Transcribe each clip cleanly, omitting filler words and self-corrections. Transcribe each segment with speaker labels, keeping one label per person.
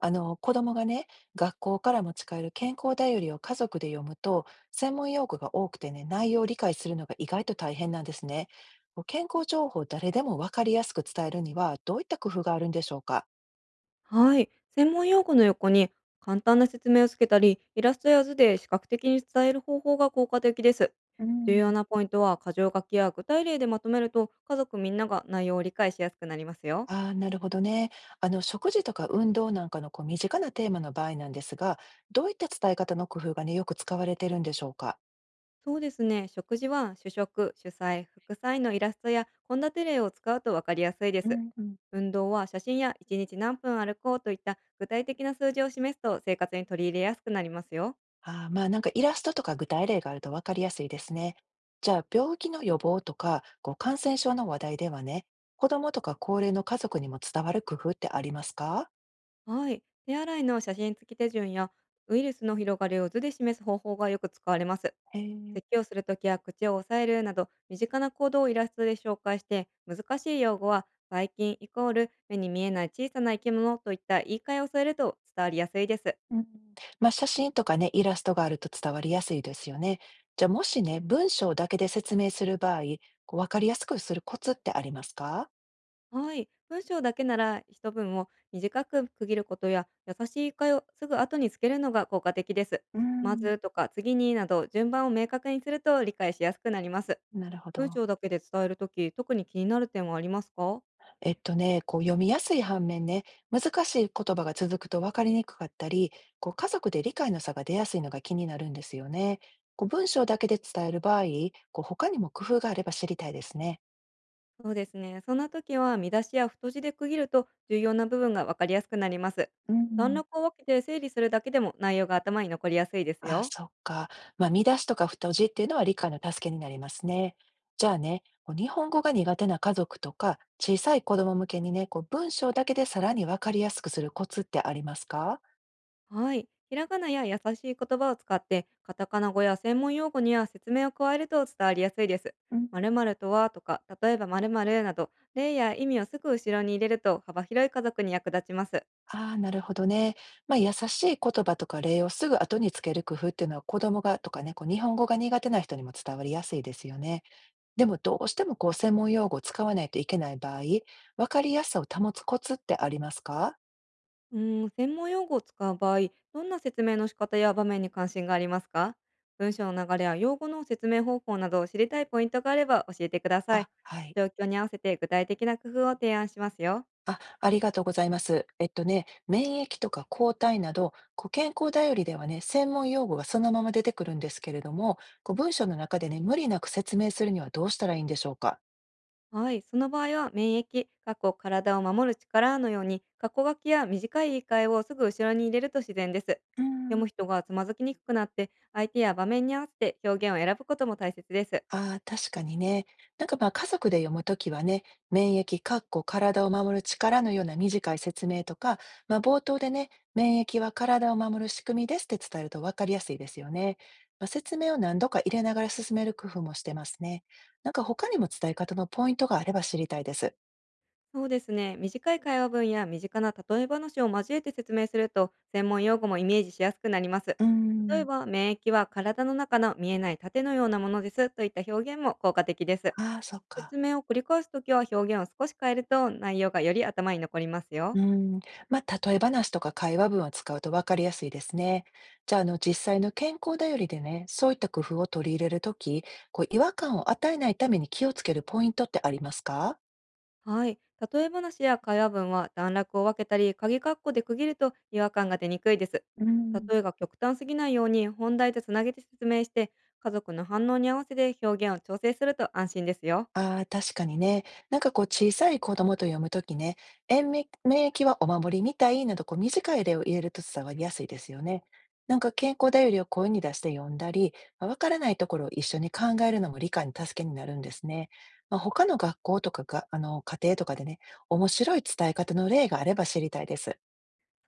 Speaker 1: 子供がね、学校から持ち帰る健康だよりを家族で読むと、専門用語が多くてね、内容を理解するのが意外と大変なんですね。こう健康情報を誰でも分かりやすく伝えるには、どういった工夫があるんでしょうか？
Speaker 2: はい。専門用語の横に簡単な説明をつけたり、イラストや図で視覚的に伝える方法が効果的です。
Speaker 1: う
Speaker 2: 重
Speaker 1: ん。
Speaker 2: 要なポイントは箇条書きや具体例でまとめると家族みんなが内容を理解しやすくなりますよ。
Speaker 1: ああ、なるほどね。食事とか運動なんかのこう身近なテーマの場合なんですが、どういった伝え方の工夫がね、よく使われてるんでしょうか？
Speaker 2: そうですね。食事は主食、主菜、副菜のイラストや献立例を使うとわかりやすいで
Speaker 1: う
Speaker 2: す。
Speaker 1: んうん。
Speaker 2: 運動は写真や1日何分歩こうといった具体的な数字を示すと生活に取り入れやすくなりますよ。
Speaker 1: ああ、まあなんかイラストとか具体例があると分かりやすいですね。じゃあ病気の予防とかこう感染症の話題ではね、子どもとか高齢の家族にも伝わる工夫ってありますか？
Speaker 2: はい。手洗いの写真付き手順や、ウイルスの広がりを図で示す方法がよく使われます。
Speaker 1: へえ。
Speaker 2: 咳をするときや口を押さえるなど、身近な行動をイラストで紹介して、難しい用語は、ばい菌イコール目に見えない小さな生き物といった言い換えを添えると伝わりやすいです。
Speaker 1: うん。まあ写真とかね、イラストがあると伝わりやすいですよね。じゃあもしね、文章だけで説明する場合、こう分かりやすくするコツってありますか？
Speaker 2: はい。文章だけなら一文を短く区切ることや、優しい言い換えをすぐ後につけるのが効果的です。
Speaker 1: う
Speaker 2: ま
Speaker 1: ん。
Speaker 2: ずとか次になど順番を明確にすると理解しやすくなります。
Speaker 1: なるほ
Speaker 2: 文
Speaker 1: ど。
Speaker 2: 章だけで伝えるとき、特に気になる点はありますか？
Speaker 1: えっとね、こう読みやすい反面ね、難しい言葉が続くと分かりにくかったり、こう家族で理解の差が出やすいのが気になるんですよね。こう文章だけで伝える場合、こう他にも工夫があれば知りたいですね。
Speaker 2: そうですね。そんな時は見出しや太字で区切ると重要な部分が分かりやすくなります。
Speaker 1: う
Speaker 2: 段
Speaker 1: ん。
Speaker 2: 落を分けて整理するだけでも内容が頭に残りやすいです
Speaker 1: あ、
Speaker 2: よ。
Speaker 1: そっか。まあ、見出しとか太字っていうのは理解の助けになりますね。じゃあね、こう日本語が苦手な家族とか、小さい子供向けにね、こう文章だけでさらに分かりやすくするコツってありますか？
Speaker 2: はい。ひらがなや優しい言葉を使って、カタカナ語や専門用語には説明を加えると伝わりやすいです。
Speaker 1: うん。
Speaker 2: 〇〇とはとか、例えば〇〇など、例や意味をすぐ後ろに入れると幅広い家族に役立ちます。
Speaker 1: ああ、なるほどね。まあ、優しい言葉とか礼をすぐ後につける工夫っていうのは子供がとかね、こう日本語が苦手な人にも伝わりやすいですよね。でもどうしてもこう専門用語を使わないといけない場合、わかりやすさを保つコツってありますか？
Speaker 2: うーん、専門用語を使う場合、どんな説明の仕方や場面に関心がありますか？文章の流れや用語の説明方法などを知りたいポイントがあれば教えてくださ
Speaker 1: あ、
Speaker 2: い。
Speaker 1: はい。
Speaker 2: 状況に合わせて具体的な工夫を提案しますよ。
Speaker 1: あ、ありがとうございます。えっとね、免疫とか抗体など、こう健康だよりではね、専門用語がそのまま出てくるんですけれども、こう文章の中でね、無理なく説明するにはどうしたらいいんでしょうか。
Speaker 2: はい、その場合は免疫、過去体を守る力のように、過去書きや短い言い換えをすぐ後ろに入れると自然です。
Speaker 1: うー
Speaker 2: 読
Speaker 1: ん。
Speaker 2: む人がつまずきにくくなって、相手や場面に合わせて表現を選ぶことも大切です。
Speaker 1: ああ、確かにね。なんかまあ家族で読むときはね、免疫、かっこ体を守る力のような短い説明とか、まあ冒頭でね、免疫は体を守る仕組みですって伝えると分かりやすいですよね。まあ、説明を何度か入れながら進める工夫もしてますね。なんか他にも伝え方のポイントがあれば知りたいです。
Speaker 2: そうですね。短い会話文や身近な例え話を交えて説明すると、専門用語もイメージしやすくなります。
Speaker 1: うー
Speaker 2: 例え
Speaker 1: ん。
Speaker 2: ば、免疫は体の中の見えない盾のようなものですといった表現も効果的です。
Speaker 1: ああ、そっか。
Speaker 2: 説明を繰り返すときは表現を少し変えると内容がより頭に残りますよ。
Speaker 1: うん、まあ、例え話とか会話文を使うと分かりやすいですね。じゃあ、実際の健康だよりでね、そういった工夫を取り入れるとき、こう、違和感を与えないために気をつけるポイントってありますか？
Speaker 2: はい。例え話や会話文は段落を分けたり、鍵括弧で区切ると違和感が出にくいです。
Speaker 1: うん。
Speaker 2: 例えが極端すぎないように本題とつなげて説明して、家族の反応に合わせて表現を調整すると安心ですよ。
Speaker 1: ああ、確かにね。なんかこう小さい子供と読むときね、延命免疫はお守りみたいなどこう短い例を入れると伝わりやすいですよね。なんか健康だよりを声に出して読んだり、まあわからないところを一緒に考えるのも理解の助けになるんですね。まあ、他の学校とかが、家庭とかでね、面白い伝え方の例があれば知りたいです。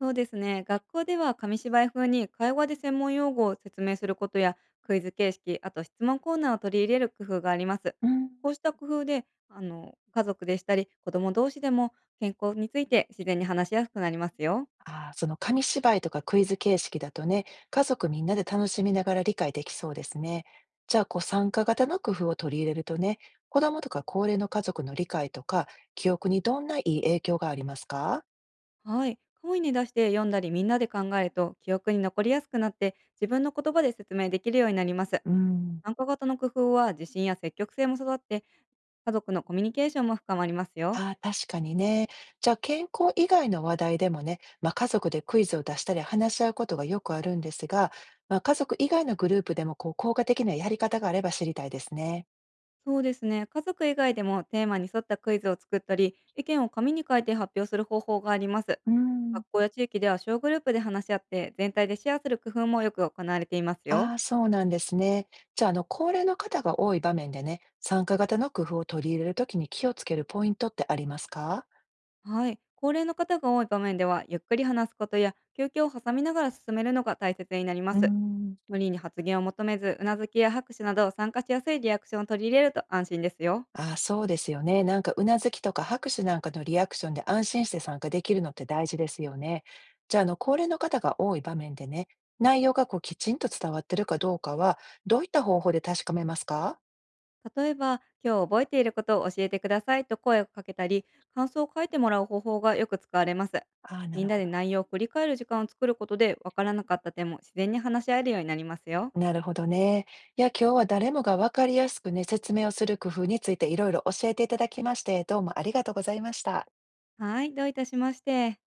Speaker 2: そうですね。学校では紙芝居風に会話で専門用語を説明することやクイズ形式、あと質問コーナーを取り入れる工夫があります。
Speaker 1: うん。
Speaker 2: こうした工夫で、家族でしたり子供同士でも健康について自然に話しやすくなりますよ。
Speaker 1: ああ、その紙芝居とかクイズ形式だとね、家族みんなで楽しみながら理解できそうですね。じゃあ、こう参加型の工夫を取り入れるとね、子供とか高齢の家族の理解とか、記憶にどんないい影響がありますか？
Speaker 2: はい。声に出して読んだりみんなで考えると記憶に残りやすくなって自分の言葉で説明できるようになります。
Speaker 1: うん。
Speaker 2: 参加型の工夫は自信や積極性も育って家族のコミュニケーションも深まりますよ。
Speaker 1: ああ、確かにね。じゃあ、健康以外の話題でもね、まあ、家族でクイズを出したり話し合うことがよくあるんですが、まあ、家族以外のグループでもこう効果的なやり方があれば知りたいですね。
Speaker 2: そうですね。家族以外でもテーマに沿ったクイズを作ったり、意見を紙に書いて発表する方法があります。
Speaker 1: うん。
Speaker 2: 学校や地域では小グループで話し合って、全体でシェアする工夫もよく行われています
Speaker 1: あ
Speaker 2: よ。
Speaker 1: あ、そうなんですね。じゃあ、高齢の方が多い場面でね、参加型の工夫を取り入れるときに気をつけるポイントってありますか？
Speaker 2: はい。高齢の方が多い場面では、ゆっくり話すことや休憩を挟みながら進めるのが大切になりま
Speaker 1: うー
Speaker 2: す。
Speaker 1: ん。
Speaker 2: 無理に発言を求めず、うなずきや拍手など参加しやすいリアクションを取り入れると安心ですよ。
Speaker 1: ああ、そうですよね。なんか、うなずきとか拍手なんかのリアクションで安心して参加できるのって大事ですよね。じゃあ、高齢の方が多い場面でね、内容がこうきちんと伝わってるかどうかは、どういった方法で確かめますか？
Speaker 2: 例えば、今日覚えていることを教えてくださいと声をかけたり、感想を書いてもらう方法がよく使われます。
Speaker 1: ああ、な
Speaker 2: み
Speaker 1: る
Speaker 2: んな
Speaker 1: ほ
Speaker 2: で
Speaker 1: ど。
Speaker 2: 内容を繰り返る時間を作ることで、わからなかった点も自然に話し合えるようになりますよ。
Speaker 1: なるほどね。いや、今日は誰もが分かりやすくね、説明をする工夫についていろいろ教えていただきまして、どうもありがとうございました。
Speaker 2: はい、どういたしまして。